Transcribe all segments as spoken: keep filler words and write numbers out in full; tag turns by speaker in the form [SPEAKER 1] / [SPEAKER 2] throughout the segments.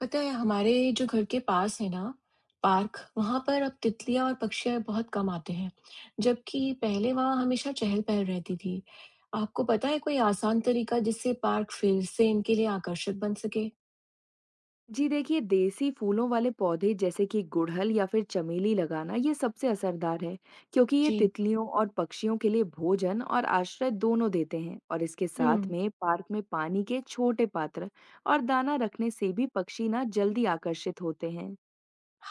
[SPEAKER 1] पता है हमारे जो घर के पास है ना पार्क वहां पर अब तितलियां और पक्षी बहुत कम आते हैं। जबकि पहले वहां हमेशा चहल पहल रहती थी। आपको पता है कोई आसान तरीका जिससे पार्क फिर से इनके लिए आकर्षक बन सके?
[SPEAKER 2] जी देखिए, देसी फूलों वाले पौधे जैसे कि गुड़हल या फिर चमेली लगाना ये सबसे असरदार है। क्योंकि ये
[SPEAKER 1] जी।
[SPEAKER 2] तितलियों और पक्षियों के लिए भोजन और आश्रय दोनों देते हैं, और इसके साथ
[SPEAKER 1] हम्म।
[SPEAKER 2] में पार्क में पानी के छोटे पात्र और दाना रखने से भी पक्षी ना जल्दी आकर्षित होते हैं।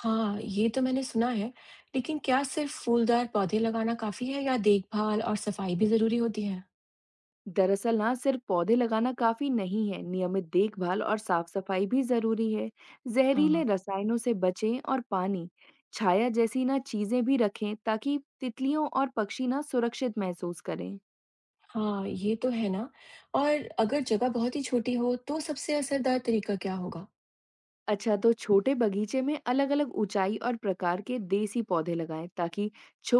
[SPEAKER 1] हाँ, ये तो मैंने सुना है, लेकिन क्या सिर्फ फूलदार पौधे लगाना काफी है या देखभाल और सफाई भी जरूरी होती है?
[SPEAKER 2] दरअसल ना सिर्फ पौधे लगाना काफी नहीं है, नियमित देखभाल और साफ सफाई भी जरूरी है। जहरीले
[SPEAKER 1] हाँ,
[SPEAKER 2] रसायनों से बचें, और पानी छाया जैसी ना चीजें भी रखें ताकि तितलियों और पक्षी ना सुरक्षित महसूस करें।
[SPEAKER 1] हाँ, ये तो है ना। और अगर जगह बहुत ही छोटी हो तो सबसे असरदार तरीका क्या होगा?
[SPEAKER 2] अच्छा, तो छोटे बगीचे में अलग अलग ऊंचाई और प्रकार के देसी पौधे लगाएं ताकि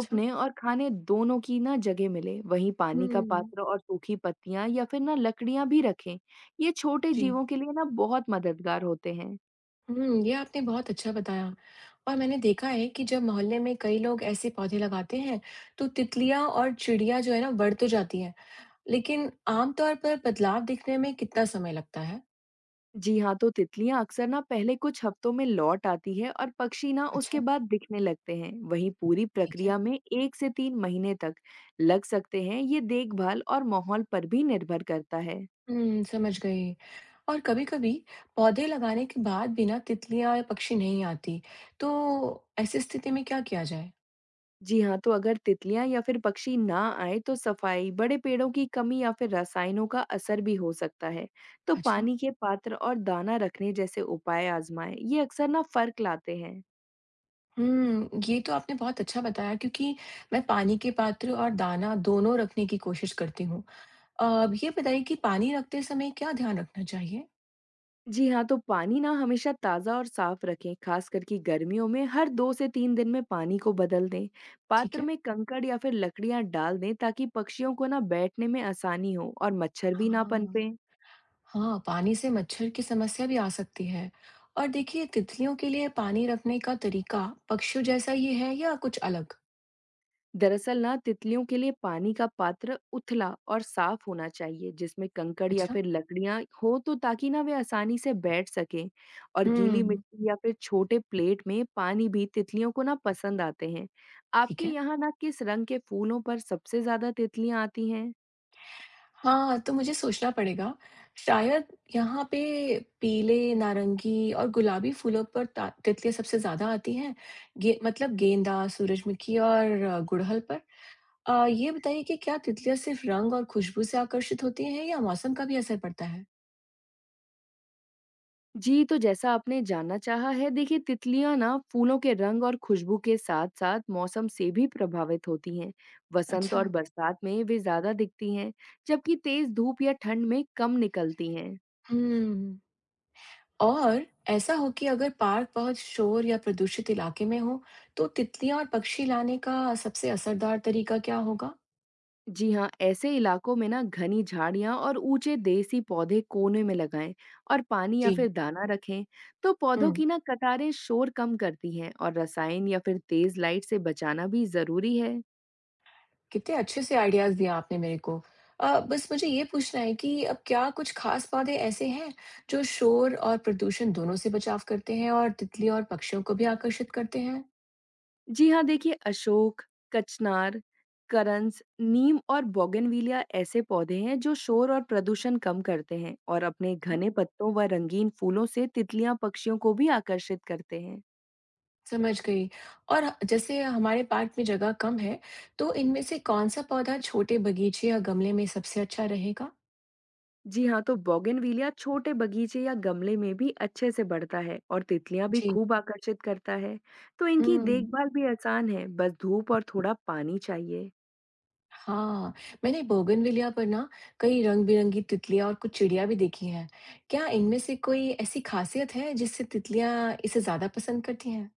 [SPEAKER 1] अच्छा।
[SPEAKER 2] और खाने दोनों की ना जगह मिले। वहीं पानी का
[SPEAKER 1] हम्म।
[SPEAKER 2] पात्र और सूखी पत्तियां या फिर ना लकड़ियां भी रखें। ये छोटे
[SPEAKER 1] जी।
[SPEAKER 2] जीवों के लिए ना बहुत मददगार होते हैं।
[SPEAKER 1] हुँ, ये आपने बहुत अच्छा बताया। और मैंने देखा है कि जब मोहल्ले में कई लोग ऐसे पौधे लगाते हैं, तो तितलियाँ और चिड़िया जो है ना बढ़ तो जाती हैं, लेकिन आम तौर पर बदलाव दिखने में कितना समय लगता है?
[SPEAKER 2] जी हाँ, तो तितलियां अक्सर ना पहले कुछ हफ्तों में लौट आती है और पक्षी ना उसके
[SPEAKER 1] अच्छा,
[SPEAKER 2] बाद दिखने लगते हैं। वहीं पूरी
[SPEAKER 1] ठीक है।
[SPEAKER 2] प्रक्रिया में एक से तीन महीने तक लग सकते हैं। ये देखभाल और माहौल पर भी निर्भर करता है।
[SPEAKER 1] हुँ, समझ गई। और कभी-कभी पौधे लगाने के बाद भी ना तितलियाँ या पक्षी नहीं आती, तो ऐसी स्थिति में क्या किया जाए?
[SPEAKER 2] जी हाँ, तो अगर तितलियां या फिर पक्षी ना आए तो सफाई, बड़े पेड़ों की कमी या फिर रसायनों का असर भी हो सकता है। तो
[SPEAKER 1] अच्छा।
[SPEAKER 2] पानी के पात्र और दाना रखने जैसे उपाय आजमाएं। ये अक्सर ना फर्क लाते हैं।
[SPEAKER 1] हुँ, ये तो आपने बहुत अच्छा बताया, क्योंकि मैं पानी के पात्र और दाना दोनों रखने की कोशिश करती हूँ। अब ये बताइए कि पानी रखते समय क्या ध्यान रखना चाहिए?
[SPEAKER 2] जी हाँ, तो पानी ना हमेशा ताज़ा और साफ रखें, खासकर कि गर्मियों में हर दो से तीन दिन में पानी को बदल दें।
[SPEAKER 1] ठीक
[SPEAKER 2] पात्र
[SPEAKER 1] है।
[SPEAKER 2] में कंकड़ या फिर लकड़ियाँ डाल दें ताकि पक्षियों को ना बैठने में आसानी हो और मच्छर भी ना
[SPEAKER 1] हाँ,
[SPEAKER 2] पनपें।
[SPEAKER 1] हाँ, पानी से मच्छर की समस्या भी आ सकती है। और देखिए, तितलियों के लिए पानी रखने का तरीका पक्षियों जैसा ही है या कुछ अलग?
[SPEAKER 2] दरअसल ना तितलियों के लिए पानी का पात्र उथला और साफ होना चाहिए, जिसमें कंकड़ या
[SPEAKER 1] अच्छा।
[SPEAKER 2] फिर लकड़ियां हो तो ताकि ना वे आसानी से बैठ सकें। और गीली
[SPEAKER 1] हुँ,
[SPEAKER 2] मिट्टी या फिर छोटे प्लेट में पानी भी तितलियों को ना पसंद आते हैं।
[SPEAKER 1] ठीक
[SPEAKER 2] आपके
[SPEAKER 1] है।
[SPEAKER 2] यहाँ ना किस रंग के फूलों पर सबसे ज्यादा तितलियां आती हैं?
[SPEAKER 1] हाँ, तो मुझे सोचना पड़ेगा। शायद यहाँ पे पीले, नारंगी और गुलाबी फूलों पर ता तितलियाँ सबसे ज़्यादा आती हैं। गे मतलब गेंदा, सूरजमुखी और अ, गुड़हल पर। अ, ये बताइए कि क्या तितलियाँ सिर्फ रंग और खुशबू से आकर्षित होती हैं या मौसम का भी असर पड़ता है?
[SPEAKER 2] जी, तो जैसा आपने जानना चाहा है, देखिए तितलियां ना फूलों के रंग और खुशबू के साथ-साथ मौसम से भी प्रभावित होती हैं। वसंत
[SPEAKER 1] अच्छा।
[SPEAKER 2] और बरसात में वे ज्यादा दिखती हैं, जबकि तेज धूप या ठंड में कम निकलती हैं।
[SPEAKER 1] हम्म। और ऐसा हो कि अगर पार्क बहुत शोर या प्रदूषित इलाके में हो, तो तितलियां और पक्षी लाने का सबसे असरदार तरीका क्या होगा?
[SPEAKER 2] जी हाँ, ऐसे इलाकों में ना घनी झाड़ियां और ऊंचे देसी पौधे कोने में लगाएं, और पानी या
[SPEAKER 1] जी,
[SPEAKER 2] फिर दाना रखें। तो पौधों
[SPEAKER 1] हम्म,
[SPEAKER 2] की ना कतारें शोर कम करती हैं, और रसायन या फिर तेज लाइट से बचाना भी जरूरी है।
[SPEAKER 1] कितने अच्छे से आइडियाज दिया आपने मेरे को। अ, बस मुझे ये पूछना है कि अब क्या कुछ खास पौधे ऐसे हैं जो शोर और प्रदूषण दोनों से बचाव करते हैं और तितलियों और पक्षियों को भी आकर्षित करते हैं?
[SPEAKER 2] जी हाँ, देखिए अशोक, कचनार, करंस, नीम और बोगनविलिया ऐसे पौधे हैं जो शोर और प्रदूषण कम करते हैं, और अपने घने पत्तों व रंगीन फूलों से तितलियां पक्षियों को भी आकर्षित करते हैं।
[SPEAKER 1] समझ गई। और ह- जैसे हमारे पार्क में जगह कम है, तो इनमें से कौन-सा पौधा छोटे बगीचे या गमले में सबसे अच्छा रहेगा?
[SPEAKER 2] जी हाँ, तो बोगनविलिया छोटे बगीचे या गमले में भी अच्छे से बढ़ता है और तितलियां भी
[SPEAKER 1] जी।
[SPEAKER 2] खूब आकर्षित करता है। तो इनकी
[SPEAKER 1] हुँ।
[SPEAKER 2] देखभाल भी आसान है, बस धूप और थोड़ा पानी चाहिए।
[SPEAKER 1] हाँ, मैंने बोगनविलिया पर ना कई रंग-बिरंगी तितलियाँ और कुछ चिड़िया भी देखी हैं। क्या इनमें से कोई ऐसी खासियत है जिससे तितलियाँ इसे ज़्यादा पसंद करती हैं?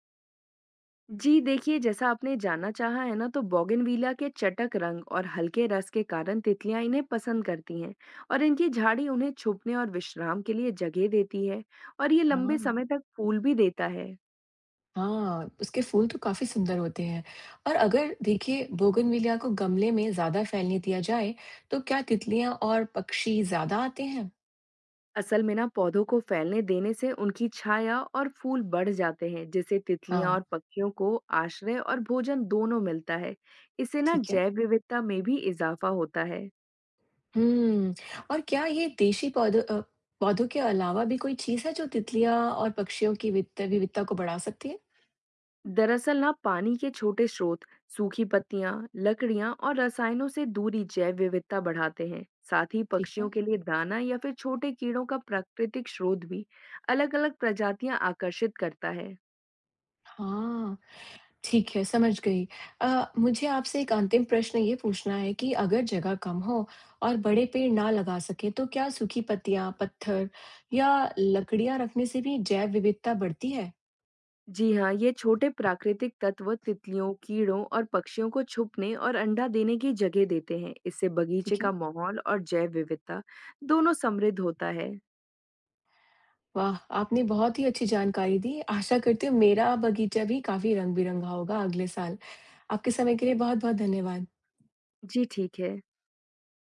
[SPEAKER 2] जी देखिए, जैसा आपने जानना चाहा है ना, तो बोगनविला के चटक रंग और हल्के रस के कारण तितलियां इन्हें पसंद करती हैं, और इनकी झाड़ी उन्हें छुपने और विश्राम के लिए जगह देती है, और ये लंबे
[SPEAKER 1] हाँ।
[SPEAKER 2] समय तक फूल भी देता है।
[SPEAKER 1] हाँ, उसके फूल तो काफ़ी सुंदर होते हैं। और अगर देखिए बोगनविलिया को गमले में ज़्यादा फैलने दिया जाए, तो क्या तितलियाँ और पक्षी ज़्यादा आते हैं?
[SPEAKER 2] असल में ना पौधों को फैलने देने से उनकी छाया और फूल बढ़ जाते हैं, जिससे तितलियां
[SPEAKER 1] हाँ,
[SPEAKER 2] और पक्षियों को आश्रय और भोजन दोनों मिलता है। इससे ना
[SPEAKER 1] ठीक है।
[SPEAKER 2] जैव विविधता में भी इजाफा होता है।
[SPEAKER 1] हुँ, और क्या ये देशी पौधों अ, पौधों के अलावा भी कोई चीज़ है जो तितलियाँ और पक्षियों की वित विविधता को बढ़ा सकती है?
[SPEAKER 2] दरअसल ना पानी के छोटे स्रोत, सूखी पत्तियां, लकड़ियां और रसायनों से दूरी जैव विविधता बढ़ाते हैं। साथ ही
[SPEAKER 1] ठीक
[SPEAKER 2] पक्षियों
[SPEAKER 1] है।
[SPEAKER 2] के लिए दाना या फिर छोटे कीड़ों का प्राकृतिक स्रोत भी अलग अलग प्रजातियां आकर्षित करता है।
[SPEAKER 1] हाँ, ठीक है, समझ गई। अ, मुझे आपसे एक अंतिम प्रश्न ये पूछना है कि अगर जगह कम हो और बड़े पेड़ ना लगा सकें, तो क्या सूखी पत्तियाँ, पत्थर या लकड़ियाँ रखने से भी जैव विविधता बढ़ती है?
[SPEAKER 2] जी हाँ, ये छोटे प्राकृतिक तत्व तितलियों, कीड़ों और पक्षियों को छुपने और अंडा देने की जगह देते हैं। इससे बगीचे
[SPEAKER 1] ठीक है।
[SPEAKER 2] का माहौल और जैव विविधता दोनों समृद्ध होता है।
[SPEAKER 1] वाह! आपने बहुत ही अच्छी जानकारी दी। आशा करती हूँ मेरा बगीचा भी काफ़ी रंग-बिरंगा होगा अगले साल। आपके समय के लिए बहुत-बहुत धन्यवाद।
[SPEAKER 2] जी ठीक है।